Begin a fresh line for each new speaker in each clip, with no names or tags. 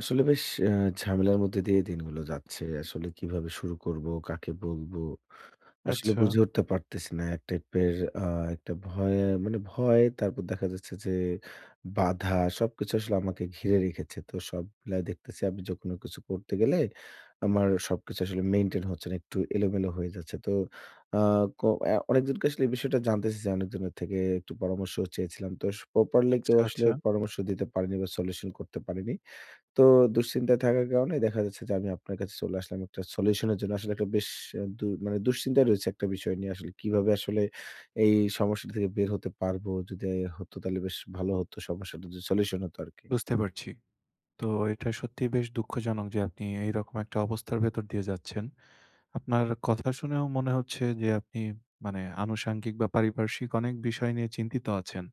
আসলে বেশ আ ঝামেলার মধ্যে দিয়ে দিনগুলো যাচ্ছে। আসলে কিভাবে শুরু করব, কাকে বলবো? আসলে
আচ্ছা,
বুঝে উঠতে পারতেছি না। এক টাইপের আ একটা ভয়ে, মানে ভয়, তারপর দেখা যাচ্ছে যে বাধা সবকিছু আসলে আমাকে ঘিরে রেখেছে। তো সব মিলায় দেখতেছি আমি যে কোনো কিছু করতে গেলে আমার সবকিছু আসলে মেইনটেইন হচ্ছে না। একটু এলোমেলো হয়ে যাচ্ছে। তো আ ক অ্যা অনেকজনকে আসলে এই বিষয়টা জানতে চেয়েছি, অনেকজনের থেকে একটু পরামর্শ চেয়েছিলাম। তো প্রপারলি কেউ
আচ্ছা,
আসলে
আচ্ছা।
পরামর্শ দিতে পারেনি বা সলিউশন করতে পারেনি। তো দুশ্চিন্তায় থাকার কারণে দেখা যাচ্ছে যে আমি আপনার কাছে চলে আসলাম একটা সলিউশনের জন্য। আসলে একটা বেশ আ দু মানে দুশ্চিন্তায় রয়েছি একটা বিষয় নিয়ে। আসলে কিভাবে আসলে এই সমস্যাটা থেকে বের হতে পারবো? যদি হতো তাহলে বেশ ভালো হতো, সমস্যাটা যদি সলিউশন হতো আরকি।
বুঝতে পারছি। তো এটা সত্যিই বেশ দুঃখজনক যে আপনি এইরকম একটা অবস্থার ভেতর দিয়ে যাচ্ছেন। আপনার কথা শুনেও মনে হচ্ছে যে আপনি মানে আনুষাঙ্গিক বা পারিপার্শ্বিক অনেক বিষয় নিয়ে চিন্তিত আছেন।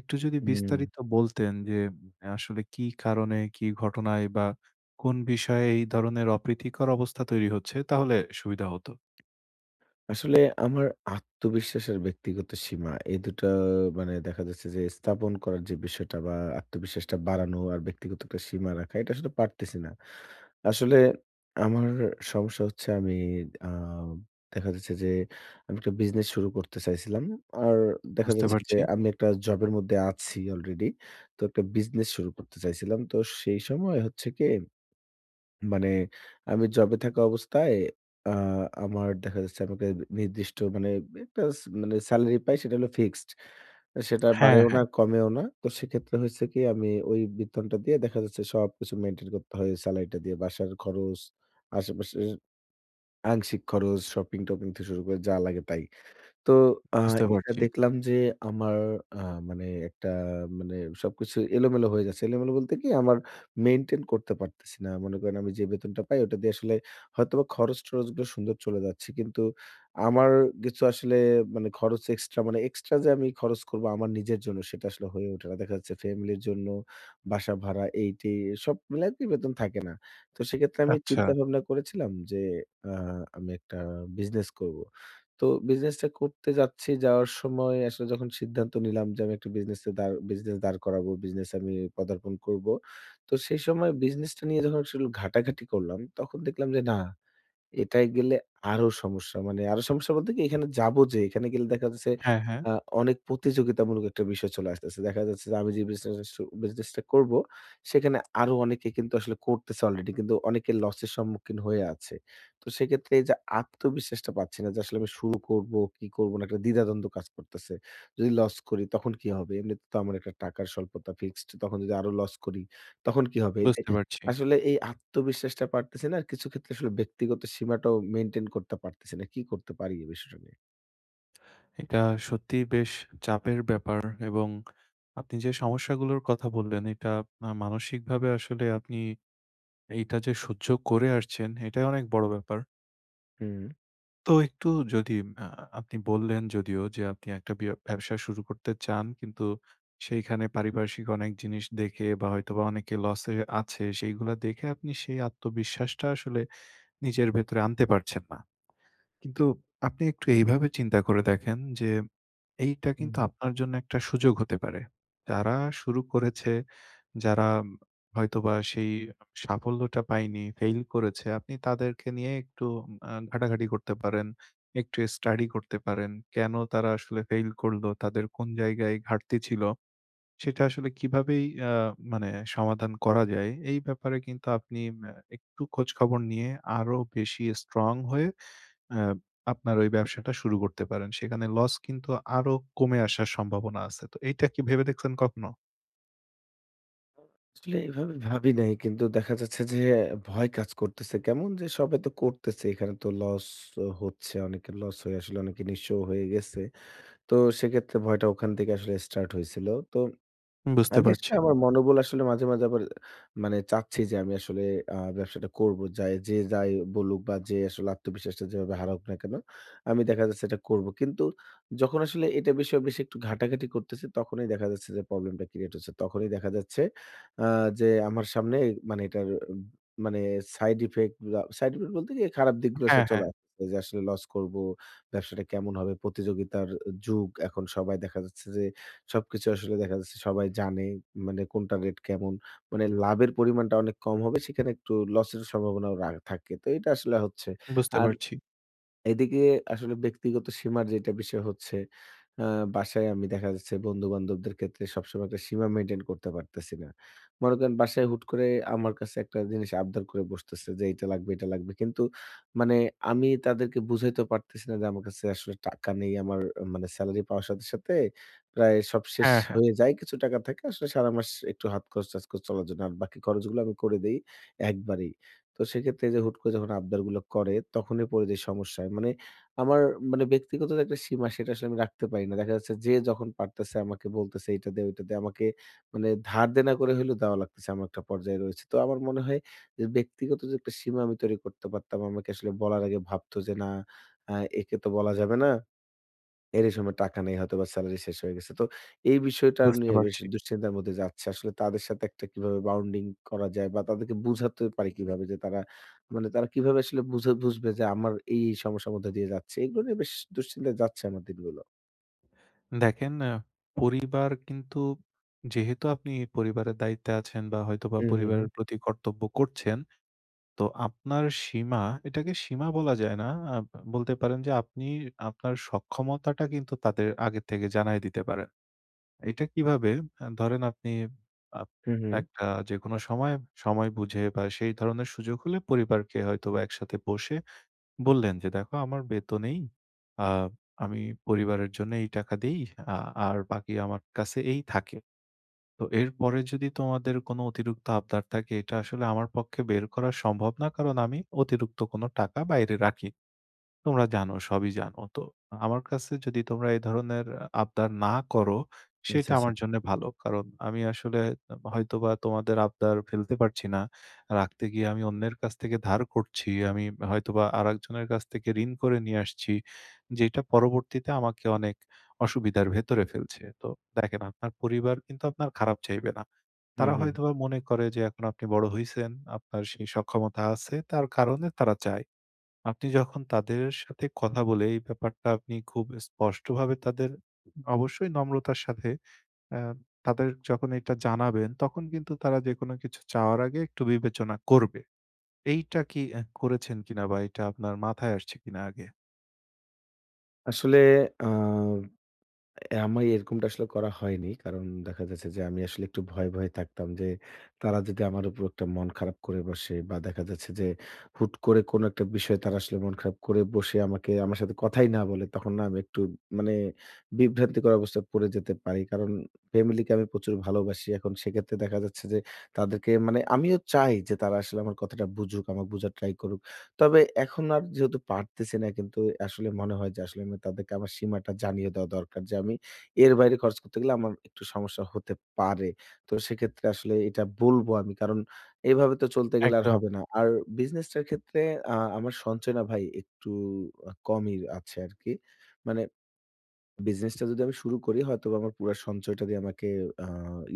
একটু যদি
হুম।
বিস্তারিত বলতেন যে আসলে কি কারণে, কি ঘটনায় বা কোন বিষয়ে এই ধরনের অপ্রীতিকর অবস্থা তৈরি হচ্ছে তাহলে সুবিধা হতো।
আসলে আমার আত্মবিশ্বাস আর ব্যক্তিগত সীমা এই ২ টা, মানে দেখা যাচ্ছে যে স্থাপন করার যে বিষয়টা বা আত্মবিশ্বাসটা বাড়ানো আর ব্যক্তিগত একটা সীমা রাখা, এটা আসলে পারতেছি না। আসলে আমার সমস্যা হচ্ছে আমি আ দেখা যাচ্ছে যে আমি একটা বিজনেস শুরু করতে চাইছিলাম। আর দেখা, জি,
বুঝতে
যাচ্ছে যে
পারছি।
আমি একটা জবের মধ্যে আছি অলরেডি। তো একটা বিজনেস শুরু করতে চাইছিলাম। তো সেই সময় হচ্ছে কি, মানে আমি জবে থাকা অবস্থায় আ আমার দেখা যাচ্ছে আমাকে নির্দিষ্ট মানে একটা মানে সেলারি পাই, সেটা হলো ফিক্সড। সেটা
হ্যাঁ,
বাড়েও না,
হ্যাঁ,
কমেও না। তো সেক্ষেত্রে হয়েছে কি, আমি ওই বেতনটা দিয়ে দেখা যাচ্ছে সবকিছু মেইনটেইন করতে হয় সেলারিটা দিয়ে। বাসার খরচ, আশেপাশের আংশিক খরচ, শপিং-টপিং থেকে শুরু করে যা লাগে তাই। তো আ
বুঝতে
এটা
পারছি।
দেখলাম যে আমার আ মানে একটা মানে সবকিছু এলোমেলো হয়ে যাচ্ছে। এলোমেলো বলতে কি আমার মেইনটেইন করতে পারতেছি না। মনে করেন আমি যে বেতনটা পাই ওটা দিয়ে আসলে হয়তোবা খরচ-টরচ গুলো সুন্দর চলে যাচ্ছে। কিন্তু আমার কিছু আসলে মানে খরচ এক্সট্রা, মানে এক্সট্রা যে আমি খরচ করব আমার নিজের জন্য সেটা আসলে হয়ে ওঠে না। দেখা যাচ্ছে ফ্যামিলির জন্য বাসা ভাড়া এই-টেই সব মিলায় কি বেতন থাকে না। তো সেক্ষেত্রে আমি
আচ্ছা।
চিন্তা ভাবনা করেছিলাম যে আ আমি একটা বিজনেস করব। তো বিজনেসটা করতে যাচ্ছি, যাওয়ার সময় আসলে যখন সিদ্ধান্ত নিলাম যে আমি একটা বিজনেসে দাঁড় করাবো, বিজনেস আমি পদার্পণ করব। তো সেই সময় বিজনেসটা নিয়ে যখন আসলে ঘাটাঘাটি করলাম, তখন দেখলাম যে না, এটায় গেলে আরো সমস্যা। মানে আরো সমস্যা বলতে কি, এখানে যাবো যে, এখানে গেলে দেখা যাচ্ছে
হ্যাঁ, হ্যাঁ,
আ অনেক প্রতিযোগিতামূলক একটা বিষয় চলে আসতেছে। দেখা যাচ্ছে যে আমি যে বিজনেসটা করব সেখানে আরো অনেকে কিন্তু আসলে করতেছে অলরেডি, কিন্তু অনেকে লসের সম্মুখীন হয়ে আছে। তো সেক্ষেত্রে এই যে আত্মবিশ্বাসটা পাচ্ছি না যে আসলে আমি শুরু করব কি করব না? একটা দ্বিধাদ্বন্দ্ব কাজ করতেছে। যদি লস করি তখন কি হবে? এমনিতে তো আমার একটা টাকার স্বল্পতা ফিক্সড, তখন যদি আরো লস করি তখন কি হবে?
বুঝতে পারছি।
আসলে এই আত্মবিশ্বাসটা পারতেছি না। আর কিছু ক্ষেত্রে আসলে ব্যক্তিগত সীমাটাও মেইনটেইন করতে পারতেছি না। কি করতে পারি এই বিষয়টা নিয়ে?
এটা সত্যিই বেশ চাপের ব্যাপার এবং আপনি যে সমস্যাগুলোর কথা বললেন এটা মানসিকভাবে আসলে আপনি এইটা যে সহ্য করে আসছেন এটাই অনেক বড় ব্যাপার।
হুম,
তো একটু যদি আ আপনি বললেন যদিও যে আপনি একটা ব্যবসা শুরু করতে চান কিন্তু সেইখানে পারিপার্শ্বিক অনেক জিনিস দেখে বা হয়তোবা অনেকে লসে আছে সেইগুলা দেখে আপনি সেই আত্মবিশ্বাসটা আসলে নিজের ভেতরে আনতে পারছেন না। কিন্তু আপনি একটু এইভাবে চিন্তা করে দেখেন যে, এইটা
হু,
কিন্তু
হুম।
আপনার জন্য একটা সুযোগ হতে পারে। যারা শুরু করেছে, যারা হয়তোবা সেই সাফল্যটা পায়নি, ফেইল করেছে, আপনি তাদেরকে নিয়ে একটু ঘাটাঘাটি করতে পারেন, একটু স্টাডি করতে পারেন। কেন তারা আসলে ফেইল করলো? তাদের কোন জায়গায় ঘাটতি ছিল? সেটা আসলে কিভাবেই মানে সমাধান করা যায়, এই ব্যাপারে কিন্তু আপনি একটু খোঁজখবর নিয়ে আরো বেশি স্ট্রং হয়ে আ আপনার ওই ব্যবসাটা শুরু করতে পারেন। সেখানে লস কিন্তু আরো কমে আসার সম্ভাবনা আছে। তো এইটা কি ভেবে দেখছেন কখনো?
আসলে এভাবে ভাবি নাই। কিন্তু দেখা যাচ্ছে যে ভয় কাজ করতেছে। কেমন যে সবাই তো করতেছে। এখানে তো লস হচ্ছে। অনেকের লস হয়ে আসলে অনেকে নিঃস্ব হয়ে গেছে। তো সেক্ষেত্রে ভয়টা ওখান থেকে আসলে স্টার্ট হয়েছিল। তো
বুঝতে
হ্যাঁ, বেশ না
পারছি।
আমার মনোবল আসলে মাঝে, মাঝে আবার, মানে চাচ্ছি যে আমি আসলে ব্যবসাটা করব। যাই যে যাই বলুক বা যে আসলে আত্মবিশ্বাসটা যেভাবে হারাউক না কেন, আমি দেখা যাচ্ছে এটা করব। কিন্তু যখন আসলে এটা বিষয়ে বেশি একটু ঘাটাঘাটি করতেছি, তখনই দেখা যাচ্ছে যে প্রবলেমটা ক্রিয়েট হচ্ছে। তখনই দেখা যাচ্ছে আ যে আমার সামনে মানে এটার মানে সাইড ইফেক্ট বা সাইড ইফেক্ট বলতে কি খারাপ দিকগুলো আসলে
হ্যাঁ,
চলে
হ্যাঁ,
আসতেছে যে আসলে লস করব, ব্যবসাটা কেমন হবে? প্রতিযোগিতার যুগ এখন, সবাই দেখা যাচ্ছে যে সবকিছু আসলে দেখা যাচ্ছে সবাই জানে মানে কোনটা রেট কেমন। মানে লাভের পরিমাণটা অনেক কম হবে। সেখানে একটু লসের সম্ভাবনাও রা থাকে। তো এটা আসলে হচ্ছে।
বুঝতে
আর
পারছি।
এদিকে আসলে ব্যক্তিগত সীমার যেটা বিষয় হচ্ছে, আ বাসায় আমি দেখা যাচ্ছে বন্ধু-বান্ধবদের ক্ষেত্রে সবসময় একটা সীমা মেইনটেইন করতে পারতেছি না। মনে করেন বাসায় হুট করে আমার কাছে একটা জিনিস আবদার করে বসতেছে যে এটা লাগবে, এটা লাগবে। কিন্তু মানে আমি তাদেরকে বুঝাইতে পারতেছি না যে আমার কাছে আসলে টাকা নেই। আমার মানে সেলারি পাওয়ার সাথে, সাথে প্রায় সব শেষ
হ্যাঁ, হ্যাঁ।
হয়ে যায়। কিছু টাকা থাকে আসলে সারা মাস একটু হাত খরচ-টাচ খরচ চলার জন্য। আর বাকি খরচগুলো আমি করে দেই একবারেই। তো সেক্ষেত্রে এই যে হুট করে যখন আবদারগুলো করে তখনই পড়ে যাই সমস্যায়। মানে আমার মানে ব্যক্তিগত যে একটা সীমা, সেটা আসলে আমি রাখতে পারি না। দেখা যাচ্ছে যে যখন পারতেছে আমাকে বলতেছে এইটা দে, ওইটা দে। আমাকে মানে ধার দেনা করে হইলেও দেওয়া লাগতেছে, এমন একটা পর্যায়ে রয়েছে। তো আমার মনে হয় যে ব্যক্তিগত যে একটা সীমা আমি তৈরি করতে পারতাম। আমাকে আসলে বলার আগে ভাবতো যে না আ একে তো বলা যাবে না। এর এই সময় টাকা নেই, হয়তোবা সেলারি শেষ হয়ে গেছে। তো এই বিষয়টা
বুঝতে
নিয়ে বেশ
পারছি।
দুশ্চিন্তার মধ্যে যাচ্ছে। আসলে তাদের সাথে একটা কিভাবে বাউন্ডিং করা যায় বা তাদেরকে বুঝাতে পারি কিভাবে যে তারা কিভাবে আসলে বুঝে বুঝবে যে আমার এই সমস্যার মধ্যে দিয়ে যাচ্ছে। এগুলো নিয়ে বেশ দুশ্চিন্তায় যাচ্ছে আমার দিনগুলো।
দেখেন, পরিবার কিন্তু যেহেতু আপনি পরিবারের দায়িত্বে আছেন বা হয়তোবা
হুম, হুম, হুম।
পরিবারের প্রতি কর্তব্য করছেন, তো আপনার সীমা, এটাকে সীমা বলা যায় না। আ বলতে পারেন যে আপনি আপনার সক্ষমতাটা কিন্তু তাদের আগে থেকে জানায় দিতে পারেন। এটা কিভাবে? ধরেন আপনি আপ
হুম, হুম।
একটা যেকোনো সময়, সময় বুঝে বা সেই ধরনের সুযোগ হলে পরিবারকে হয়তোবা একসাথে বসে বললেন যে, "দেখো আমার বেতন এই। আ আমি পরিবারের জন্য এই টাকা দেই। আ আর বাকি আমার কাছে এই থাকে।" তো এরপরে যদি তোমাদের কোনো অতিরিক্ত আবদার থাকে, এটা আসলে আমার পক্ষে বের করা সম্ভব না। কারণ আমি অতিরিক্ত কোনো টাকা বাইরে রাখি। তোমরা জানো, সবই জানো। তো আমার কাছে যদি তোমরা এই ধরনের আবদার না করো,
আচ্ছা,
সেটা
আচ্ছা।
আমার জন্যে ভালো। কারণ আমি আসলে হয়তোবা তোমাদের আবদার ফেলতে পারছি না। রাখতে গিয়ে আমি অন্যের কাছ থেকে ধার করছি। আমি হয়তোবা আরেকজনের কাছ থেকে ঋণ করে নিয়ে আসছি। যেটা পরবর্তীতে আমাকে অনেক অসুবিধার ভেতরে ফেলছে। তো দেখেন, আপনার পরিবার কিন্তু আপনার খারাপ চাইবে না।
হুম,
তারা
হুম।
হয়তোবা মনে করে যে এখন আপনি বড় হইছেন, আপনার সেই সক্ষমতা আছে, তার কারণে তারা চায়। আপনি যখন তাদের সাথে কথা বলে এই ব্যাপারটা আপনি খুব স্পষ্টভাবে তাদের অবশ্যই নম্রতার সাথে আ তাদের যখন এটা জানাবেন, তখন কিন্তু তারা যেকোনো কিছু চাওয়ার আগে একটু বিবেচনা করবে। এইটা কি করেছেন কিনা বা এটা আপনার মাথায় আসছে কিনা আগে?
আসলে আ এ আমার এরকমটা আসলে করা হয়নি। কারণ দেখা যাচ্ছে যে আমি আসলে একটু ভয়ে, ভয়ে থাকতাম যে তারা যদি আমার উপর একটা মন খারাপ করে বসে বা দেখা যাচ্ছে যে হুট করে কোনো একটা বিষয়ে তারা আসলে মন খারাপ করে বসে আমাকে, আমার সাথে কথাই না বলে, তখন না আমি একটু মানে বিভ্রান্তিকর অবস্থায় পড়ে যেতে পারি। কারণ ফ্যামিলিকে আমি প্রচুর ভালোবাসি। এখন সেক্ষেত্রে দেখা যাচ্ছে যে তাদেরকে মানে আমিও চাই যে তারা আসলে আমার কথাটা বুঝুক, আমাকে বুঝার ট্রাই করুক। তবে এখন আর যেহেতু পারতেছি না, কিন্তু আসলে মনে হয় যে আসলে আমি তাদেরকে আমার সীমাটা জানিয়ে দেওয়া দরকার যে আমি এর বাইরে খরচ করতে গেলে আমার একটু সমস্যা হতে পারে। তো সেক্ষেত্রে আসলে এটা বলব আমি। কারণ এভাবে তো চলতে গেলে আর
একদম।
হবে না। আর বিজনেসটার ক্ষেত্রে আমার সঞ্চয় না ভাই একটু কমই আছে আরকি। মানে বিজনেসটা যদি আমি শুরু করি হয়তোবা আমার পুরা সঞ্চয়টা দিয়ে আমাকে আ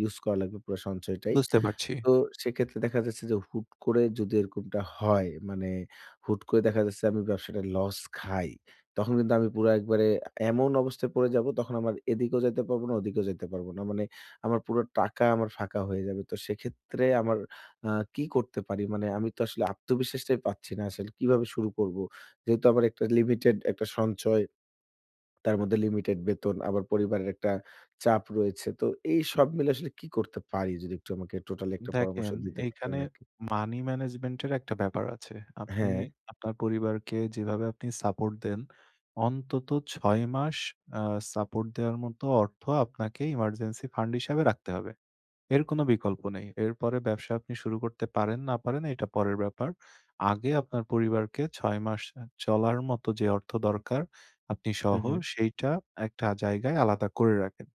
ইউস করা লাগবে, পুরা সঞ্চয়টাই।
বুঝতে পারছি।
তো সেক্ষেত্রে দেখা যাচ্ছে যে হুট করে যদি এরকমটা হয়, মানে হুট করে দেখা যাচ্ছে আমি ব্যবসাটায় লস খাই। তখন কিন্তু আমি পুরা একবারে এমন অবস্থায় পড়ে যাবো, তখন আমার এদিকেও যাইতে পারবো না, ওদিকেও যাইতে পারবো না। মানে আমার পুরো টাকা, আমার ফাঁকা হয়ে যাবে। তো সেক্ষেত্রে আমার আ কি করতে পারি? মানে আমি তো আসলে আত্মবিশ্বাসটাই পাচ্ছি না আসলে কিভাবে শুরু করব? যেহেতু আমার একটা লিমিটেড একটা সঞ্চয়, তার মধ্যে লিমিটেড বেতন, আবার পরিবারের একটা চাপ রয়েছে। তো এই সব মিলে আসলে কি করতে পারি? যদি একটু আমাকে টোটালি একটা পরামর্শ
দেখেন,
দিতে পারতেন
এইখানে
আরকি।
মানি ম্যানেজমেন্টের একটা ব্যাপার আছে। আপনি
হ্যাঁ।
আপনার পরিবারকে যেভাবে আপনি সাপোর্ট দেন, অন্তত ৬ মাস আ সাপোর্ট দেওয়ার মতো অর্থ আপনাকে ইমার্জেন্সি ফান্ড হিসাবে রাখতে হবে। এর কোনো বিকল্প নেই। এরপরে ব্যবসা আপনি শুরু করতে পারেন, না পারেন এটা পরের ব্যাপার। আগে আপনার পরিবারকে ৬ মাস চলার মতো যে অর্থ দরকার আপনি
হু,
সহ
হু।
সেইটা একটা জায়গায় আলাদা করে রাখেন।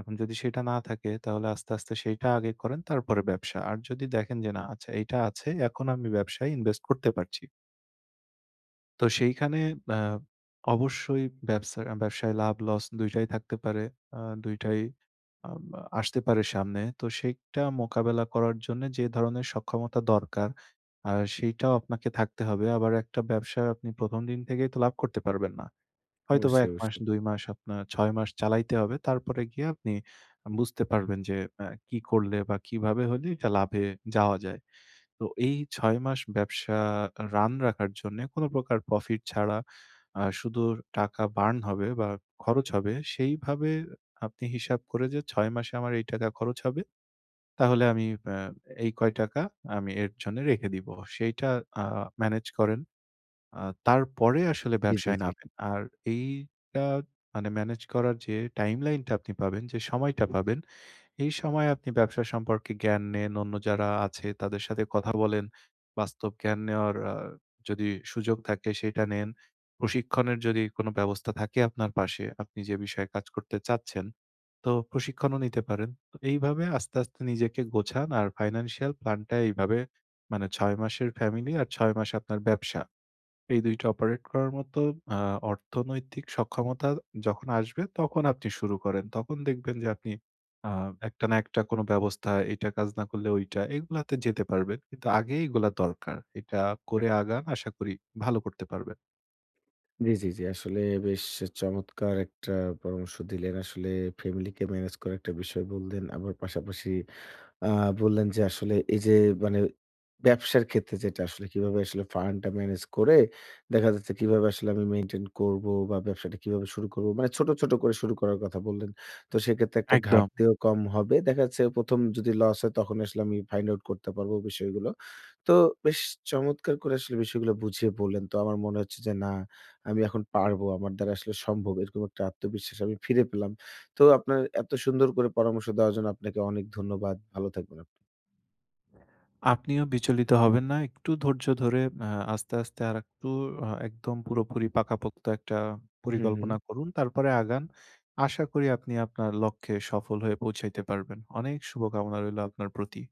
এখন যদি সেটা না থাকে তাহলে আস্তে, আস্তে সেইটা আগে করেন তারপরে ব্যবসা। আর যদি দেখেন যে না, আচ্ছা এইটা আছে, এখন আমি ব্যবসায় ইনভেস্ট করতে পারছি। তো সেইখানে আ অবশ্যই ব্যবসায় লাভ-লস ২ টাই থাকতে পারে। ২ টাই আম আসতে পারে সামনে। তো সেইটা মোকাবেলা করার জন্য যে ধরনের সক্ষমতা দরকার, আ সেইটাও আপনাকে থাকতে হবে। আবার একটা ব্যবসা আপনি ১ম দিন থেকেই তো লাভ করতে পারবেন না। হয়তোবা
অবশ্যই,
১ মাস,
অবশ্যই।
২ মাস আপনার ৬ মাস চালাইতে হবে। তারপরে গিয়ে আপনি বুঝতে পারবেন যে কি করলে বা কিভাবে হলে এটা লাভে যাওয়া যায়। তো এই ৬ মাস ব্যবসা রান রাখার জন্যে কোন প্রকার প্রফিট ছাড়া শুধু টাকা বার্ন হবে বা খরচ হবে সেইভাবে আপনি হিসাব করে যে ৬ মাসে আমার এই টাকা খরচ হবে। তাহলে আমি এই কয় টাকা আমি এর জন্য রেখে দিব। সেইটা আ ম্যানেজ করেন। আ তারপরে আসলে
জি, জি,
ব্যবসায়
জি।
নামেন। আর এইটা মানে ম্যানেজ করার যে টাইমলাইন টা আপনি পাবেন, যে সময়টা পাবেন, এই সময়ে আপনি ব্যবসা সম্পর্কে জ্ঞান নেন, অন্য যারা আছে তাদের সাথে কথা বলেন, বাস্তব জ্ঞান নেওয়ার যদি সুযোগ থাকে সেটা নেন। প্রশিক্ষণের যদি কোনো ব্যবস্থা থাকে আপনার পাশে, আপনি যে বিষয়ে কাজ করতে চাচ্ছেন, তো প্রশিক্ষণও নিতে পারেন। তো এইভাবে আস্তে, আস্তে নিজেকে গোছান আর ফাইন্যান্সিয়াল প্ল্যানটা এইভাবে মানে ৬ মাসের ফ্যামিলি আর ৬ মাস আপনার ব্যবসা। এই ২ টা অপারেট করার মতো আ অর্থনৈতিক সক্ষমতা যখন আসবে তখন আপনি শুরু করেন। তখন দেখবেন যে আপনি আ একটা না একটা কোনো ব্যবস্থা, এইটা কাজ না করলে ওইটা, এগুলাতে যেতে পারবেন। কিন্তু আগে এগুলা দরকার। এটা করে আগান আশা করি ভালো করতে পারবেন।
জি, জি, জি। আসলে বেশ চমৎকার একটা পরামর্শ দিলেন। আসলে ফ্যামিলিকে ম্যানেজ করার একটা বিষয় বললেন। আবার পাশাপাশি আ বললেন যে আসলে এই যে মানে ব্যবসার ক্ষেত্রে যেটা আসলে কিভাবে আসলে ফান্ডটা ম্যানেজ করে দেখা যাচ্ছে কিভাবে আসলে আমি মেইনটেইন করব বা ব্যবসাটা কিভাবে শুরু করব। মানে ছোট, ছোট করে শুরু করার কথা বললেন। তো সেক্ষেত্রে একটা
একদম।
ঘাটতিও কম হবে। দেখা যাচ্ছে প্রথম যদি লস হয় তখন আসলে আমি ফাইন্ড আউট করতে পারবো বিষয়গুলো। তো বেশ চমৎকার করে আসলে বিষয়গুলো বুঝিয়ে বললেন। তো আমার মনে হচ্ছে যে না, আমি এখন পারবো। আমার দ্বারা আসলে সম্ভব। এরকম একটা আত্মবিশ্বাস আমি ফিরে পেলাম। তো আপনার এত সুন্দর করে পরামর্শ দেওয়ার জন্য আপনাকে অনেক ধন্যবাদ। ভালো থাকবেন আপনি।
আপনিও বিচলিত হবেন না। একটু ধৈর্য ধরে আস্তে, আস্তে আরেকটু একদম পুরোপুরি পাকাপোক্ত একটা
হুম, হুম।
পরিকল্পনা করুন। তারপরে আগান। আশা করি আপনি আপনার লক্ষ্যে সফল হয়ে পৌঁছাইতে পারবেন। অনেক শুভকামনা রইল আপনার প্রতি।